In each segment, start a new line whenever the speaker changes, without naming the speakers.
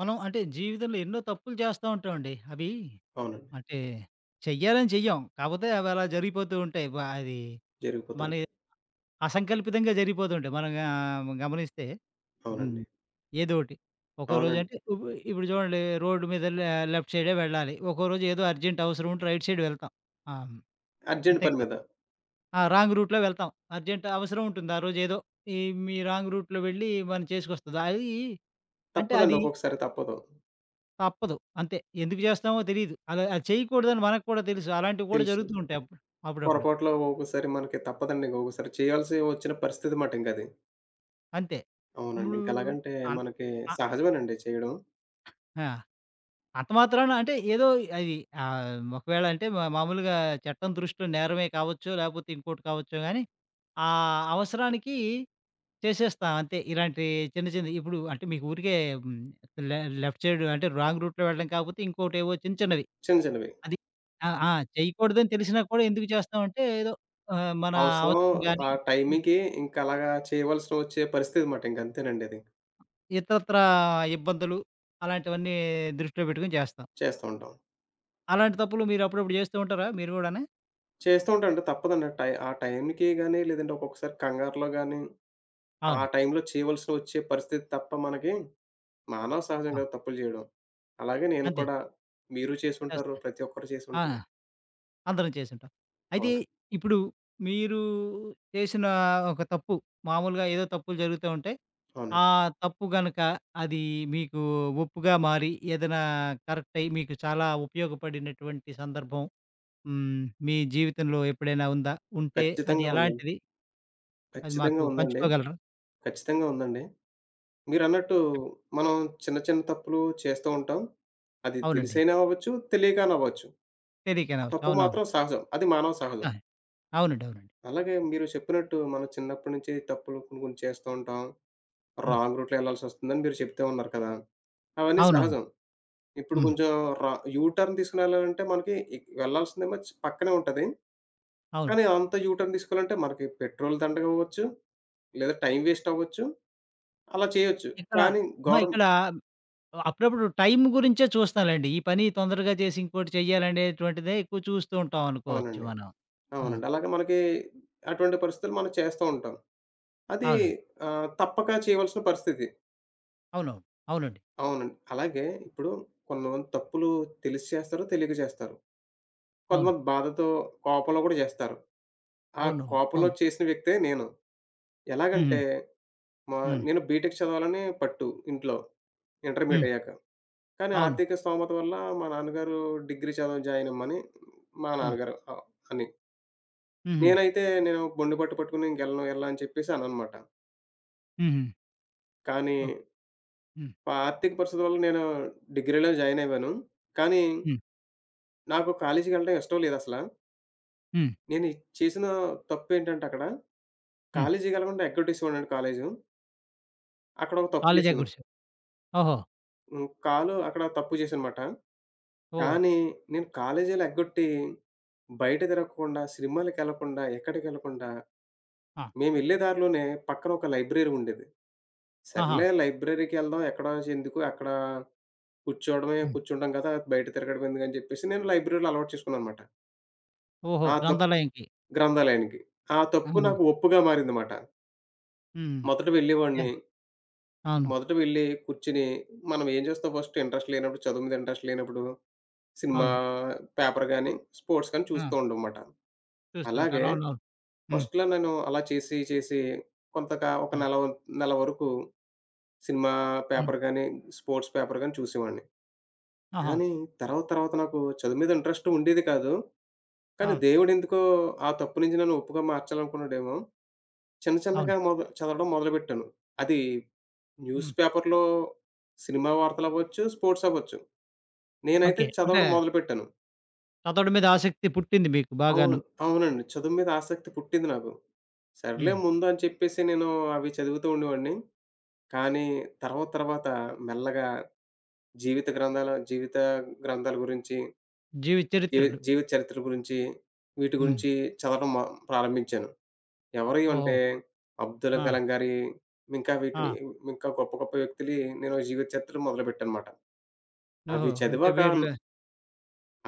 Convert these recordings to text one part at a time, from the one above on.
మనం అంటే జీవితంలో ఎన్నో తప్పులు చేస్తా ఉంటామండి. అవి
అవునండి.
అంటే చెయ్యాలని చెయ్యం. కాకపోతే అవి అలా జరిగిపోతూ ఉంటాయి. అది
జరిగిపోతూ
మన
ఉంటాయి.
అసంకల్పితంగా జరిగిపోతూ ఉంటాయి. మనం గమనిస్తే హ్మ్.
అవునండి.
ఏదోకటి. ఒక్కో
అవునండి.
రోజంటే ఇప్పుడు చూడండి రోడ్డు మీద లెఫ్ట్ సైడే వెళ్ళాలి. ఒక్కో రోజు ఏదో అర్జెంట్ అవసరం ఉంటే రైట్ సైడ్ వెళ్తాం. ఆ!
అర్జెంట్
అంతే
పని
కదా!
మీద.
ఆ! రాంగ్ రూట్‌లో వెళ్తాం. అర్జెంట్ అవసరం ఉంటుంది. ఆ రోజు ఏదో ఈ మీ రాంగ్ రూట్‌లో వెళ్ళి మనం చేసుకొస్తది. అది అంటే
తప్పదండి
అది
ఒక్కొక్కసారి తప్పదు.
తప్పదు. అంతే. ఎందుకు చేస్తామో తెలీదు. అలా అది చేయకూడదని మనకు కూడా తెలుసు. అలాంటివి కూడా
తెలుసు.
జరుగుతూ ఉంటాయి అప్పుడు అప్పుడప్పుడు.
పొరపాట్లో ఒక్కొక్కసారి మనకి తప్పదండి. ఒక్కొక్కసారి చేయాల్సి వచ్చిన పరిస్థితి మాట ఇంకది.
అంతే.
అవునండి.
ఇప్పుడు
ఇంక ఎలాగంటే
అన్
మనకి
అ
సహజమేనండి చేయడం.
ఆ! అంత మాత్రాన అంటే ఏదో అది ఒకవేళ అంటే మా మామూలుగా చట్టం దృష్టిలో నేరమే కావచ్చు, లేకపోతే ఇంకోటి కావచ్చు గానీ, ఆ అవసరానికి చేసేస్తాం అంతే. ఇలాంటి చిన్న చిన్నయి ఇప్పుడు అంటే మీకు ఊరికే హ్మ్, లే లెఫ్ట్ సైడ్ అంటే రాంగ్ రూట్‌లో వెళ్ళడం కాకపోతే ఇంకోటేవో చిన్న చిన్నవి.
చిన్న చిన్నవి.
అది. ఆ! ఆ! చేయకూడదని తెలిసినా కూడా ఎందుకు చేస్తామంటే ఏదో మన
అవసరం
అవసరం గాని,
ఆ టైంకి ఇంక అలాగా చేయవలసిన వచ్చే పరిస్థితి మాట ఇంక అంతేనండి అది.
ఇతరత్రా ఇబ్బందులు అలాంటివన్నీ దృష్టిలో పెట్టుకొని చేస్తాం.
చేస్తూ ఉంటాం.
అలాంటి తప్పులు మీరు అప్పుడప్పుడు చేస్తూ ఉంటారా మీరు గూడాను?
చేస్తూ ఉంటాం అంటే తప్పదండి. ఆ టైంకి గాని లేదంటే ఒక్కొక్కసారి కంగారులో గాని, ఆ
అవును.
టైంలో చేయవలసి వచ్చే పరిస్థితి తప్ప మనకి మానవ సహజం
ఆ!
కదా! తప్పులు జేయడం. అలాగే నేను
అంతే.
కూడా మీరు చేసుంటారు.
చేస్తా.
ప్రతి ఒక్కరు
ఆ!
చేసుంటారు.
అందరం చేసుంటాం. అయితే
అవునండి.
ఇప్పుడు మీరు చేసిన ఒక తప్పు మామూలుగా ఏదో తప్పులు జరుగుతూ ఉంటాయి.
అవునండి.
ఆ తప్పు గనక అది మీకు ఒప్పుగా మారి ఏదైనా కరెక్ట్ అయ్యి మీకు చాలా ఉపయోగపడినటువంటి సందర్భం హ్మ్. మీ జీవితంలో ఎప్పుడైనా ఉందా? ఉంటే అది
ఖచ్చితంగా ఉందండి.
ఎలాంటిది? అది
ఖచ్చితంగా
మాకు
ఉందండి.
పంచుకోగలరా?
ఖచ్చితంగా ఉందండి. మీరన్నట్టు
చెప్
మనం చిన్న, చిన్న తప్పులు చేస్తూ ఉంటాం. అది
అవునండి.
తెలిసైనా అవ్వచ్చు, తెలియకనవ్వచ్చు.
తెలియక అనవచ్చు.
తప్పు
అవునవును.
మాత్రం సహజం. అది మానవ సహజం.
ఆ! అవునండి. అవునండి.
అలాగే మీరు చెప్పినట్టు మనం చిన్నప్పటి నుంచి తప్పులు కొన్ని, కొన్ని చేస్తూ ఉంటాం.
హ్మ్.
రాంగ్ రూట్‌లో ఎళ్ళాల్సొస్తుందని మీరు చెప్తా ఉన్నారు కదా! అవన్నీ
అవునవును.
సహజం. ఇప్పుడు
హ్మ్.
కొంచెం ర యూ టర్న్ తీసుకునెళ్ళాలంటే మనకి వెళ్ళాల్సిందేమో పక్కనే ఉంటది.
అవును.
కానీ అంత యూ టర్న్ తీసుకోవాలంటే మనకి పెట్రోల్ దండగ అవ్వచ్చు, లేదా టైం వేస్ట్ అవ్వచ్చు. అలా చేయొచ్చు.
ఇక్కడ అహా!
కానీ గవర్
ఇక్కడ అప్పుడప్పుడు టైం గురించే చూస్తానులెండి. ఈ పని తొందరగా చేసి ఇంకోటి చెయ్యాలనేటువంటిదే ఎక్కువ చూస్తూ ఉంటాం అనుకోవచ్చు
అవునండి.
మనం. ఆ!
అవునండి. అలాగే మనకి అటువంటి పరిస్థితులు మనం చేస్తూ ఉంటాం. అది
అవునండి.
తప్పక చేయవలసిన పరిస్థితి.
అవునవును. అవునండి.
అవునండి. అలాగే ఇప్పుడు కొంతమంది తప్పులు తెలిసి చేస్తారు, తెలియక చేస్తారు.
అవును.
కొంతమంది బాధతో, కోపంలో కూడా చేస్తారు. ఆ
అవునవును.
కోపంలో
అవును.
చేసిన వ్యక్తే నేను.
హుహు.
ఎలాగంటే మా
హ్మ్.
నేను బీటెక్ చదవాలని పట్టు ఇంట్లో ఇంటర్మీడియేట్
హ్మ్.
అయ్యాక. కానీ
అవును.
ఆర్థిక స్థోమత వల్ల మా నాన్నగారు డిగ్రీ చదువు జాయిన్ అమ్మని మా
హ్మ్.
నాన్నగారు అని.
హుహు.
నేను మొండి పట్టు పట్టుకొని ఇంకెళ్ళను ఎళ్ళను అని చెప్పేసి అననమాట.
హుహు.
కానీ
ఓకే. హ్మ్.
ఆర్థిక పరిస్థితి వల్ల నేను డిగ్రీలో జాయిన్ అయ్యాను. కానీ
హ్మ్.
నాకు కాలేజీకెళ్ళడం ఇష్టం లేదసల.
హ్మ్.
చేసిన తప్పేంటంటే అక్కడ
హ్మ్.
కాలేజీకెళ్ళకుండా ఎగ్గొట్టేసేవాడినండి కాలేజు. అక్కడ ఒక తప్పు
కాలేజా
చేశాను.
గుడిసె. ఓహో!
హ్మ్. అక్కడ తప్పు చేశానమాట.
ఓహ్!
కానీ నేను కాలేజీలు ఎగ్గొట్టి, బయట తిరగకుండా, సినిమాలకెళ్ళకుండా, ఎక్కడికెళ్ళకుండా,
ఆ!
మేమెళ్ళే దారిలోనే పక్కన ఒక లైబ్రరీ ఉండేది.
ఆహా!
సర్లే లైబ్రరీకెళ్దాం ఎక్కడో ఎందుకు అక్కడ కూర్చోవడమే
హ్మ్.
కూర్చుంటాం కదా! బయట తిరగడం ఎందుకని చెప్పేసి నేను లైబ్రరీలో అలవాటు చేసుకున్నానన్నమాట.
ఓహో!
ఆ తప్
గ్రంథాలయంకి.
గ్రంథాలయానికి. ఆ తప్పు
అవునా!
నాకు ఒప్పుగా మారిందిమాట.
హ్మ్.
మొదట వెళ్ళేవాడిని.
యాహ్! అవును.
మొదట వెళ్ళి కూర్చొని మనం ఏం చేస్తాం ఫస్ట్ ఇంట్రెస్ట్ లేనప్పుడు, చదువు మీద ఇంట్రెస్ట్ లేనప్పుడు సినిమా,
అవును.
పేపర్ గాని, స్పోర్ట్స్ గాని
ఆ!
చూస్తూ ఉండమాట. అలాగే
చూస్తుంటారు. అవునవును. హ్మ్.
ఫస్ట్‌లో నేను అలా చేసి, చేసి ఒక
హ్మ్.
నెల వరకు సినిమా
హ్మ్.
పేపర్ గాని, స్పోర్ట్స్ పేపర్ గాని చూసేవాడిని.
ఆహా!
కానీ తర్వాత, తర్వాత నాకు చదువు మీద ఇంట్రెస్ట్ ఉండేది కాదు. కానీ
ఆ!
దేవుడెందుకో ఆ తప్పు నుంచి నన్ను ఒప్పుగా మార్చాలనుకున్నాడేమో! చిన్న,
అవును.
చిన్నగా చదవడం మొదలుపెట్టాను. అది న్యూస్
హ్మ్.
పేపర్‌లో సినిమా వార్తలవ్వచ్చు, స్పోర్ట్స్ అవ్వచ్చు. నేనైతే
ఓకే. అంటే
చదవడం మొదలుపెట్టాను.
చదవడం మీద ఆసక్తి పుట్టింది మీకు
అవును.
బాగాను.
అవునండి. చదువు మీద ఆసక్తి పుట్టింది నాకు. సర్లే
హ్మ్.
ముందు అని చెప్పేసి నేను అవి చదువుతూ ఉండేవాడిని. కానీ తర్వాత తర్వాత మెల్లగా జీవిత గ్రంథాల గురించి,
జీవిత చరిత్రలు.
జీవిత చరిత్ర గురించి, వీటి
హ్మ్.
గురించి చదవడం మొ ప్రారంభించాను. ఎవరియి
ఓహో!
అంటే అబ్దుల్
ఆ!
కలాం గారి ఇంకా వీటి
ఆ!
ఇంకా గొప్ప గొప్ప వ్యక్తులయి నేను జీవిత చరిత్రలు మొదలుపెట్టానమాట. అవి
ఓహో! అంటే
చదివాక
వీళ్ళ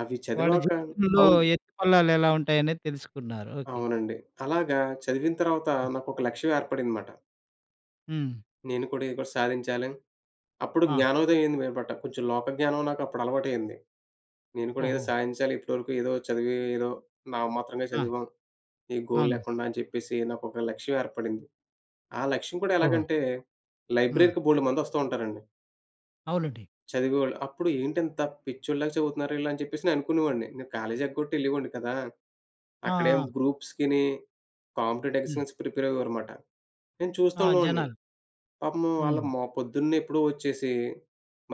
అవి
వాళ్ళ
చదివాక
జీవితంలో
అవును.
ఎత్తుపల్లాలు ఎలా ఉంటాయనేది తెలుసుకున్నారు. ఓకే.
అవునండి. అలాగా చదివిన తర్వాత నాకొక లక్ష్యం ఏర్పడిందిమాట.
హ్మ్.
నేను కూడా ఏదో సాధించాలి. అప్పుడు
ఆ!
జ్ఞానోదయం అయింది మీదపట. కొంచెం లోక జ్ఞానం నాకు అప్పుడు అలవాటయింది. నేను కూడా ఏదో
ఓహో!
సాధించాలి. ఇప్పటివరకు ఏదో చదివి ఏదో నామమాత్రంగా
ఆ!
చదివాం. ఏ గోల్
అవును.
లేకుండా అని చెప్పేసి నాకొక లక్ష్యం ఏర్పడింది. ఆ లక్ష్యం కూడా
ఓహో!
ఎలాగంటే
హ్మ్.
లైబ్రరీకి బోలెడుమంది వస్తూ ఉంటారండి.
అవునండి.
చదివేవాళ్ళు. అప్పుడు ఏంటింత పిచ్చోళ్ళలాగా చదువుతున్నారు ఈళ్ళు అని చెప్పేసి నేను అనుకునేవాడిని. నేను కాలేజీ ఎగ్గొట్టి ఎళ్ళేవాడిని కదా!
ఆ!
అక్కడేం
ఆ!
గ్రూప్స్‌కిని, కాంపిటేటివ్
హ్మ్.
ఎగ్జామ్స్‌కి ప్రిపేర్ అయ్యేవారమాట. నేను చూస్తూ
ఆ!
ఉండేవాడిని.
జనాలు.
పాపం ఆళ్ళు
హ్మ్.
పొద్దున్నే ఎప్పుడో వచ్చేసి,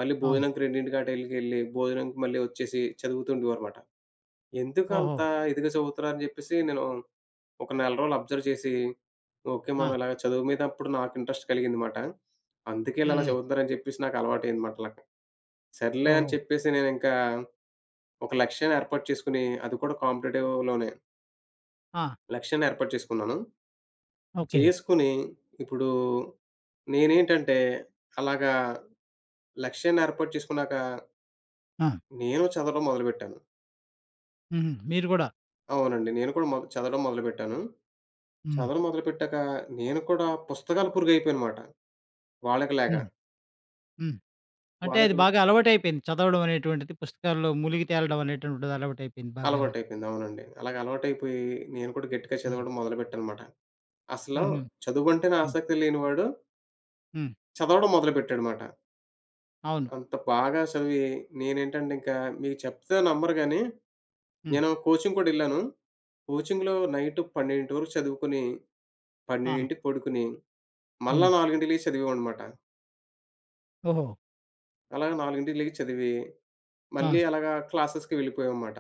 మళ్ళీ
అవును.
భోజనానికి 2కి ఆటలకెళ్ళి భోజనానికి మళ్ళీ వచ్చేసి చదువుతుండేవారమాట.
ఓహో!
ఎందుకంత ఇదిగా చదువుతున్నారని జెప్పేసి నేను ఒక నెల రోజులు అబ్జర్వ్ చేసి, ఓకే.
ఆ!
మనం ఇలాగ చదువు మీద అప్పుడు నాకు ఇంట్రెస్ట్ కలిగింది మాట. అందుకే ఈళ్ళలా
హుహు.
చదువుతున్నారని జెప్పేసి నాకు అలవాటయింది మాట అలాగా. సర్లే అని
ఓహో!
చెప్పేసి నేనింకా ఒక లక్ష్యాన్ని ఏర్పాటు చేసుకొని, అది కూడా కాంపిటేటివ్‌లోనే
ఆ!
లక్ష్యాన్ని ఏర్పాటు చేసుకున్నాను.
ఓకే.
చేసుకొని ఇప్పుడు నేనేంటంటే అలాగా లక్ష్యాన్ని ఏర్పాటు చేసుకున్నాక
ఆ!
నేను చదవడం మొదలుపెట్టాను.
హుహు. మీరు గూడా.
అవునండి. నేను కూడా చదవడం మొదలుపెట్టాను.
హ్మ్.
చదవడం మొదలుపెట్టాక నేను కూడా పుస్తకాల పురుగయిపోయానమాట. వాళ్ళకిలాగా.
హ్మ్. హ్మ్. అంటే అది
వాళ్ళకి
బాగా అలవాటయిపోయింది. చదవడం అనేటువంటిది, పుస్తకాల్లో మునిగి తేలడం అనేటువంటిది అలవాటయిపోయింది బాగాను.
అలవాటయిపోయింది. అవునండి. అలాగ అలవాటయిపోయి నేను కూడా గట్టిగా
హ్మ్.
చదవడం మొదలుపెట్టానమాట. అసలు
హుహు.
చదువంటేనే
హ్మ్.
ఆసక్తి లేనివాడు
హ్మ్.
చదవడం మొదలుపెట్టాడుమాట.
అవును.
అంత బాగా చదివి నేనేంటంటే ఇంకా మీకు చెప్తే నమ్మరు గానీ,
హ్మ్.
నేను కోచింగ్ కూడా ఎళ్ళాను. కోచింగ్‌లో నైట్ 12 వరకు చదువుకొని,
ఆ!
12కి పడుకుని, మళ్ళా
హ్మ్.
4కి లెగిసి చదివేవాడినమాట.
ఓహో!
అలాగ 4కి లెగిసి చదివి,
ఆ!
మళ్ళీ అలాగా క్లాసెస్‌కి వెళ్ళిపోయామమాట.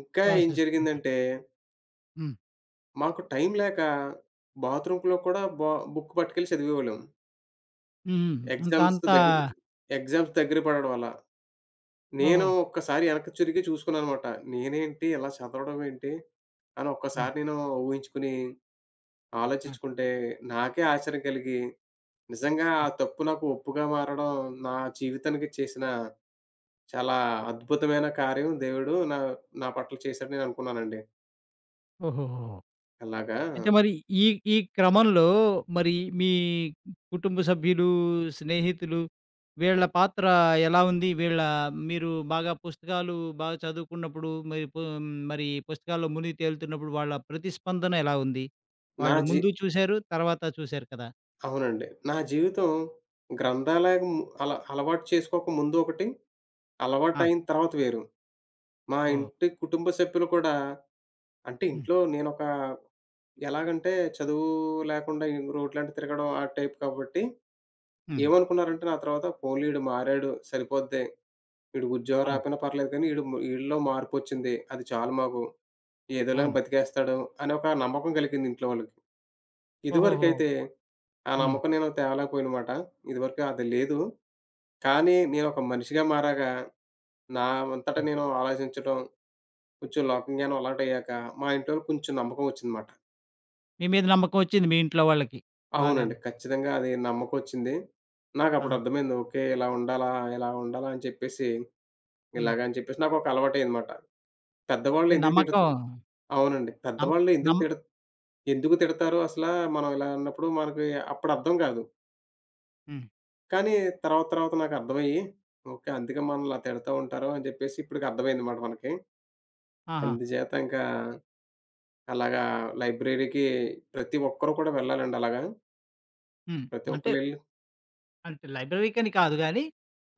ఇంకా ఏం
క్లాసెస్ కూడా.
జరిగిందంటే,
హ్మ్.
మాకు టైం లేక బాత్రూమ్‌లో కూడా బుక్ పట్టుకెళ్ళి చదివేవాళ్ళం.
హుహు. అంతా
ఎగ్జామ్స్
అంతా
దగ్గర ఎగ్జామ్స్ దగ్గర పడడం వల్ల. నేను
ఓహో!
ఒక్కసారి వెనక్కి తిరిగి చూసుకున్నాననమాట. నేనేంటి ఇలా చదవడం ఏంటి? అని
హ్మ్.
ఒక్కసారి నేను ఊహించుకుని,
ఆ!
ఆలోచించుకుంటే నాకే ఆశ్చర్యం కలిగి, నిజంగా
ఆ!
ఆ తప్పు నాకు ఒప్పుగా మారడం నా జీవితానికి చేసిన చాలా అద్భుతమైన కార్యం దేవుడు నా నా పట్ల చేశాడని నేను అనుకున్నానండి.
ఓహోహో!
అలాగా
అయితే మరి ఈ ఈ క్రమంలో మరి మీ కుటుంబ సభ్యులు, స్నేహితులు వీళ్ళ పాత్ర ఎలా ఉంది? వీళ్ళ మీరు బాగా పుస్తకాలు బాగా చదువుకున్నప్పుడు మరి మరి పుస్తకాల్లో మునిగి తేలుతున్నప్పుడు వాళ్ళ ప్రతిస్పందన ఎలా ఉంది?
నా
వాళ్ళు
జీ
ముందు చూసారు, తర్వాత చూసారు కదా!
అవునండి. నా జీవితం గ్రంథాలయం అలవాటు చేసుకోక ముందు ఒకటి,
ఆ!
అలవాటయిన తర్వాత వేరు. మా
ఓహో!
ఇంటి కుటుంబ సభ్యులు కూడా అంటే
హ్మ్.
ఇంట్లో నేనొక ఎలాగంటే చదువు లేకుండా ఈ రోడ్లంట తిరగడం ఆ టైప్ కాబట్టి,
హ్మ్.
ఏమనుకున్నారంటే నా తర్వాత పోన్లే ఈడు మారాడు సరిపోద్ది. ఈడికి ఉద్యోగం
అవును.
రాకపోయినా పర్లేదు కానీ ఈడు ఈడిలో మార్పొచ్చింది. అది చాలు మాకు. ఏదోలా
అవును.
బతికేస్తాడు అనే ఒక నమ్మకం కలిగింది ఇంట్లో వాళ్ళకి.
ఓహోహో!
ఇదివరకైతే ఆ
హ్మ్.
నమ్మకం నేను తేలేకపోయానుమాట. ఇదివరకు అది లేదు. కానీ నేనొక మనిషిగా మారాక, నా అంతట
హ్మ్.
నేను ఆలోచించడం, కొంచెం లోకజ్ఞానం అలవాటయ్యాక, మా ఇంట్లోళ్ళు కొంచెం నమ్మకం వచ్చిందమాట.
మీ మీద నమ్మకం వచ్చింది మీ ఇంట్లో వాళ్ళకి
అవునండి.
బాగాను.
ఖచ్చితంగా అది నమ్మకొచ్చింది.
ఆ!
నాకప్పుడు అర్థమైంది. ఓకే. ఇలా ఉండాలా అని చెప్పేసి,
హ్మ్.
ఇలాగ అని చెప్పేసి నాకొక అలవాటయిందమాట. పెద్దవాళ్ళు
అంటే
ఎందుకు
నమ్మకం
తిడుతు అవునండి.
నమ్
పెద్దవాళ్ళు ఎందుకు
నమ్
తిడ ఎందుకు తిడతారు అసలా, మనం ఇలా అన్నప్పుడు మనకి అప్పుడు అర్థం కాదు.
హ్మ్.
కానీ తర్వాత తర్వాత నాకర్థమయ్యి, ఓకే. అందుకే మనల్ని అలా తిడతా ఉంటారు అని చెప్పేసి ఇప్పటికి అర్థమైందమాట మనకి.
ఆహా!
అందుచేత ఇంకా అలాగా లైబ్రరీకి ప్రతి ఒక్కరు కూడా వెళ్ళాలండి అలాగా.
హ్మ్.
ప్రతి
అంటే
ఒక్కళ్ళెళ్ళి
అంటే లైబ్రరీకని కాదు గానీ,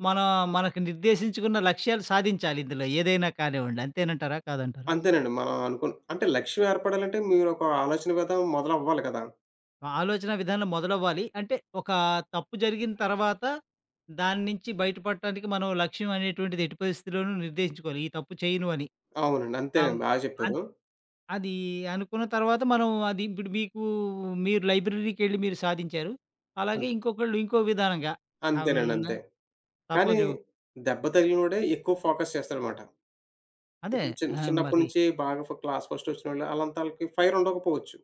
మన మనకు నిర్దేశించుకున్న లక్ష్యాలు సాధించాలి ఇందులో ఏదైనా కానివ్వండి. అంతేనంటారా? కాదంటారా?
అంతేనండి. మనం అనుకున్న అంటే లక్ష్యం ఏర్పడాలంటే మీరొక ఆలోచన విధానం మొదలవ్వాలి కదా!
ఆలోచన విధానం మొదలవ్వాలి. అంటే ఒక తప్పు జరిగిన తర్వాత దాని నుంచి బయటపడటానికి మనం లక్ష్యం అనేటువంటిది ఎట్టి పరిస్థితిలోనూ నిర్దేశించుకోవాలి. ఈ తప్పు చేయను అని.
అవునండి.
ఆహ్,
అంతేనండి. బాగా
అద్
చెప్పారు.
అది అనుకున్న తర్వాత మనం అది ఇప్పుడు మీకు మీరు లైబ్రరీకెళ్ళి మీరు సాధించారు. అలాగే
అన్
ఇంకొకళ్ళు ఇంకో విధానంగా ఆహ్,
అంతేనండి. అంతే.
హ్మ్.
కానీ
సపోజు
దెబ్బ తగిలినోడే ఎక్కువ ఫోకస్ చేస్తాడనమాట.
అదే
ఇప్పుడు
ఆహ్,
చిన్నప్పటి
మరి
నుంచి బాగా క్లాస్ ఫస్ట్ వచ్చినోళ్ళు ఆళ్ళంతాళ్ళకి ఫైర్ ఉండకపోవచ్చు.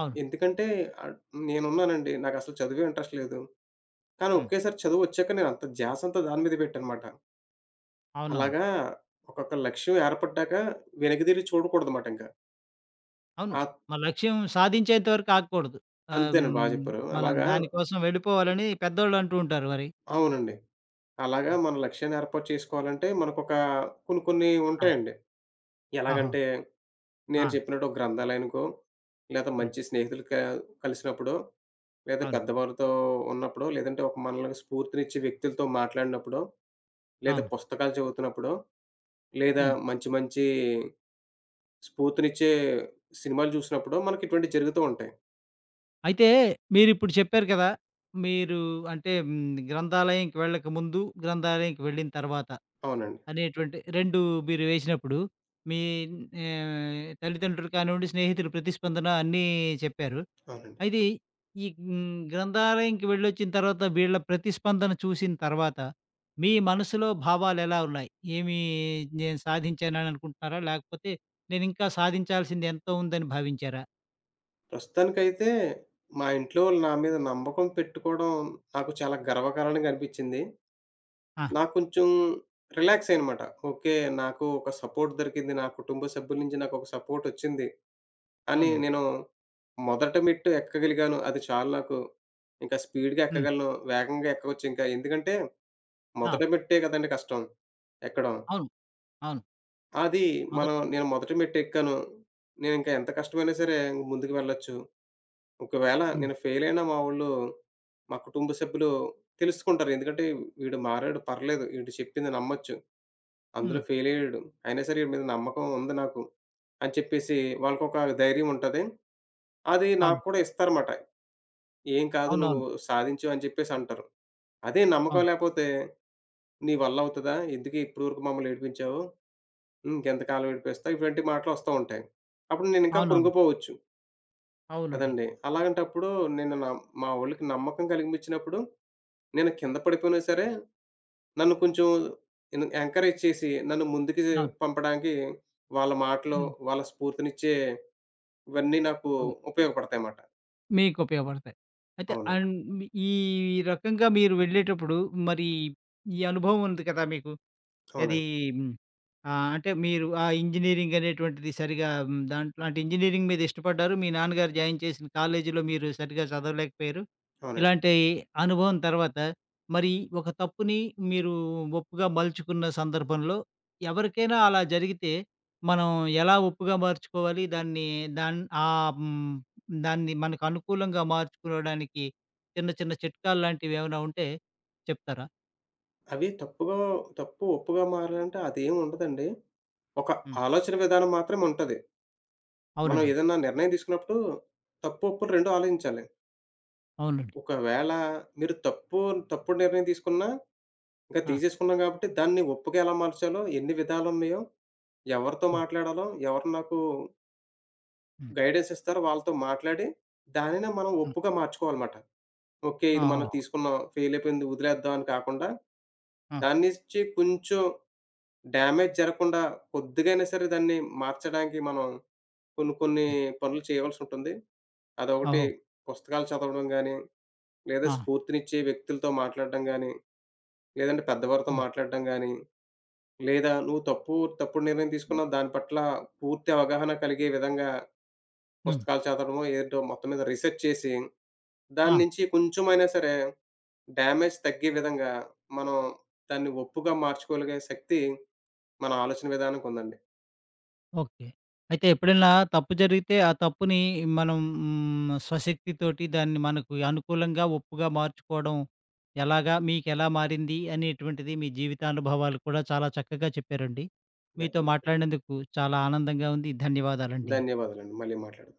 అవును.
ఎందుకంటే ఆహ్, నేనున్నానండి. నాకసలు చదువే ఇంట్రెస్ట్ లేదు. కానీ
హ్మ్.
ఒకేసారి చదువొచ్చాక నేనంత ధ్యాసంతా దాని మీద పెట్టానమాట.
అవునవును.
అలాగా ఒకొక్క లక్ష్యం ఏర్పడ్డాక వెనక్కి తిరిగి చూడకూడదమాట ఇంక.
అవును.
ఆహ్,
మన లక్ష్యం సాధించేంత వరకు ఆగకూడదు. ఆహ్,
అంతేనండి
హ్మ్.
చెప్పారు.
మనం
అలాగా
దానికోసం వెళ్ళిపోవాలని పెద్దోళ్ళు అంటూ ఉంటారు మరి.
అవునండి. అలాగా మన లక్ష్యాన్ని ఏర్పాటు చేసుకోవాలంటే మనకొక కొన్ని కొన్ని
ఆ!
ఉంటాయండి.
ఓహో!
ఎలాగంటే
ఆ!
నేను చెప్పినట్టు ఒక గ్రంథాలయానికో, లేదా
హ్మ్.
మంచి స్నేహితులు కలిసినప్పుడో, లేదా
అవును.
పెద్దవారితో ఉన్నప్పుడో, లేదంటే ఒక మనలకు స్ఫూర్తినిచ్చే వ్యక్తులతో మాట్లాడినప్పుడో, లేదా
అవును.
పుస్తకాలు చదువుతున్నప్పుడో, లేదా
హ్మ్.
మంచి మంచి స్ఫూర్తినిచ్చే సినిమాలు చూసినప్పుడో మనకి ఇటువంటివి జరుగుతూ ఉంటాయి.
అయితే మీరిప్పుడు చెప్పారు కదా! మీరు అంటే హ్మ్, గ్రంథాలయంకి వెళ్ళక ముందు, గ్రంథాలయంకి వెళ్ళిన తర్వాత
అవునండి.
అనేటువంటి 2 మీరు వేసినప్పుడు మీ ఆహ్, తల్లిదండ్రులు కానివ్వండి, స్నేహితుల ప్రతిస్పందన అన్నీ చెప్పారు.
అవునండి.
అయితే ఈ హ్మ్, గ్రంథాలయంకి వెళ్ళొచ్చిన తర్వాత వీళ్ళ ప్రతిస్పందన చూసిన తర్వాత మీ మనసులో భావాలెలా ఉన్నాయి? ఏమి నేను సాధించానని అనుకుంటున్నారా? లేకపోతే నేను ఇంకా సాధించాల్సింది ఎంతో ఉందని భావించారా?
ప్రస్తుతానికైతే మా ఇంట్లో వాళ్ళు నా మీద నమ్మకం పెట్టుకోవడం నాకు చాలా గర్వకారణంగా అనిపిచ్చింది.
ఆ!
నాకు కొంచెం రిలాక్స్ అయ్యానమాట. ఓకే. నాకు ఒక సపోర్ట్ దొరికింది. నా కుటుంబ సభ్యుల నుంచి నాకొక సపోర్టొచ్చింది అని
అవునవును.
నేను మొదట మెట్టు ఎక్కగలిగాను. అది చాలు నాకు. ఇంకా స్పీడ్‌గా
హ్మ్.
ఎక్కగలను. వేగంగా ఎక్కవచ్చు ఇంకా. ఎందుకంటే
ఆ!
మొదటి మెట్టే కదండీ కష్టం ఎక్కడం.
అవును. అవును.
అది
మొదట
నేను మొదటి మెట్టెక్కాను. నేనింకా ఎంత కష్టమైనా సరే ముందుకు వెళ్ళొచ్చు. ఒకవేళ
హ్మ్.
నేను ఫెయిలయినా మా వోళ్ళు, మా కుటుంబ సభ్యులు తెలుసుకుంటారు. ఎందుకంటే వీడు మారాడు పర్లేదు. వీడు చెప్పింది నమ్మొచ్చు. అందులో
హ్మ్.
ఫెయిలయ్యాడు. అయినా సరే వీడి మీద నమ్మకం ఉంది నాకు అని చెప్పేసి వాళ్ళకొక ధైర్యం ఉంటది. అది
అవును.
నాకు కూడా ఇస్తారమాట. "ఏం కాదు నువ్వు
అవునవును.
సాధించావు" అని చెప్పేసి అంటారు. అదే నమ్మకం
అవును.
లేపోతే "నీ వల్ల అవుతదా? ఎందుకే ఇప్పటివరకు మమ్మల్ని ఏడిపించావు? ఇంకెంతకాలం ఏడిపిస్తావు?" ఇటువంటి మాటలు వస్తా ఉంటాయి. అప్పుడు నేనింకా
అవునవును.
కృంగిపోవచ్చు
అవునండి.
కదండీ! అలాంటప్పుడు నేను న మా వోళ్ళకి నమ్మకం కలిగించినప్పుడు నేను కింద పడిపోయినా సరే, నన్ను కొంచెం ఎంకరేజ్ చేసి, నన్ను ముందుకి
అవును.
పంపడానికి వాళ్ళ మాటలు,
హ్మ్.
వాళ్ళ స్ఫూర్తినిచ్చే ఇవన్నీ నాకు
అవును.
ఉపయోగపడతాయన్నమాట.
మీకు ఉపయోగపడతాయి. అయితే
అవునండి.
అండ్ ఈ రకంగా మీరు వెళ్ళేటప్పుడు మరి ఈ అనుభవం ఉంది కదా మీకు. ఏది
అవునండి.
హ్మ్. ఆహ్, అంటే మీరు ఆ ఇంజినీరింగ్ అనేటువంటిది సరిగా హ్మ్. దాంట్లో అంటే ఇంజినీరింగ్ మీద ఇష్టపడ్డారు. మీ నాన్నగారు జాయిన్ చేసిన కాలేజీలో మీరు సరిగ్గా చదవలేకపోయారు.
అవునండి.
ఇలాంటి అనుభవం తర్వాత మరి ఒక తప్పుని మీరు ఒప్పుగా మలుచుకున్న సందర్భంలో ఎవరికైనా అలా జరిగితే మనం ఎలా ఒప్పుగా మార్చుకోవాలి? దాన్ని దాన్ ఆహ్, హ్మ్. దాన్ని మనకు అనుకూలంగా మార్చుకోవడానికి చిన్న చిన్న చిట్కాలు లాంటివి ఏమైనా ఉంటే చెప్తారా?
అవి తప్పుగా తప్పు, ఒప్పుగా మారాలంటే అదేం ఉండదండి. ఒక
హ్మ్.
ఆలోచన విధానం మాత్రమే ఉంటది. మనం
అవునండి.
ఏదన్నా నిర్ణయం తీసుకున్నప్పుడు తప్పు, ఒప్పులు 2 ఆలోచించాలి.
అవునండి.
ఒకవేళ మీరు తప్పుడు నిర్ణయం తీసుకున్నా, ఇంకా
ఆ!
తీసేసుకున్నాం కాబట్టి దాన్ని ఒప్పుగా ఎలా మార్చాలో, ఎన్ని విధాలున్నాయో ఎవరితో మాట్లాడాలో, ఎవరు నాకు
హ్మ్.
గైడెన్స్ ఇస్తారో వాళ్ళతో మాట్లాడి, దానినే మనం
హ్మ్.
ఒప్పుగా మార్చుకోవాలమాట. ఓకే.
ఆ!
ఇది మనం
ఓహో!
తీసుకున్నాం. ఫెయిల్ అయిపోయింది వదిలేద్దాం అని కాకుండా,
ఆ!
దాని నుంచి కొంచెం డ్యామేజ్ జరగకుండా కొద్దిగైనా సరే దాన్ని మార్చడానికి మనం కొన్ని కొన్ని
హ్మ్.
పనులు చేయవలసి ఉంటుంది. అదొకటి
ఓహో!
పుస్తకాలు చదవడం గాని, లేదా
ఆ!
స్ఫూర్తినిచ్చే వ్యక్తులతో మాట్లాడడం గాని, లేదంటే పెద్దవారితో
హ్మ్.
మాట్లాడడం గాని లేదా నువ్వు తప్పుడు నిర్ణయం తీసుకున్నావు. దాని పట్ల పూర్తి అవగాహన కలిగే విధంగా
హ్మ్.
పుస్తకాలు చదవడమో, ఏదో మొత్తం మీద రిసర్చ్ చేసి, దాని
ఆ!
నుంచి కొంచెమైనా సరే డ్యామేజ్ తగ్గే విధంగా మనం దాన్ని ఒప్పుగా మార్చుకోగలిగే శక్తి మన ఆలోచన విధానంకుందండి.
ఓకే. అయితే ఎప్పుడైనా తప్పు జరిగితే, ఆ తప్పుని మనం హ్మ్, స్వశక్తితోటి దాన్ని మనకు అనుకూలంగా, ఒప్పుగా మార్చుకోవడం ఎలాగా? మీకెలా మారింది? అనేటువంటిది మీ జీవితానుభవాలు కూడా చాలా చక్కగా చెప్పారండి. మీతో
ధన్యవాదాలు.
మాట్లాడినందుకు చాలా ఆనందంగా ఉంది. ధన్యవాదాలండి.
ధన్యవాదాలండి. మళ్ళీ మాట్లాడదాం.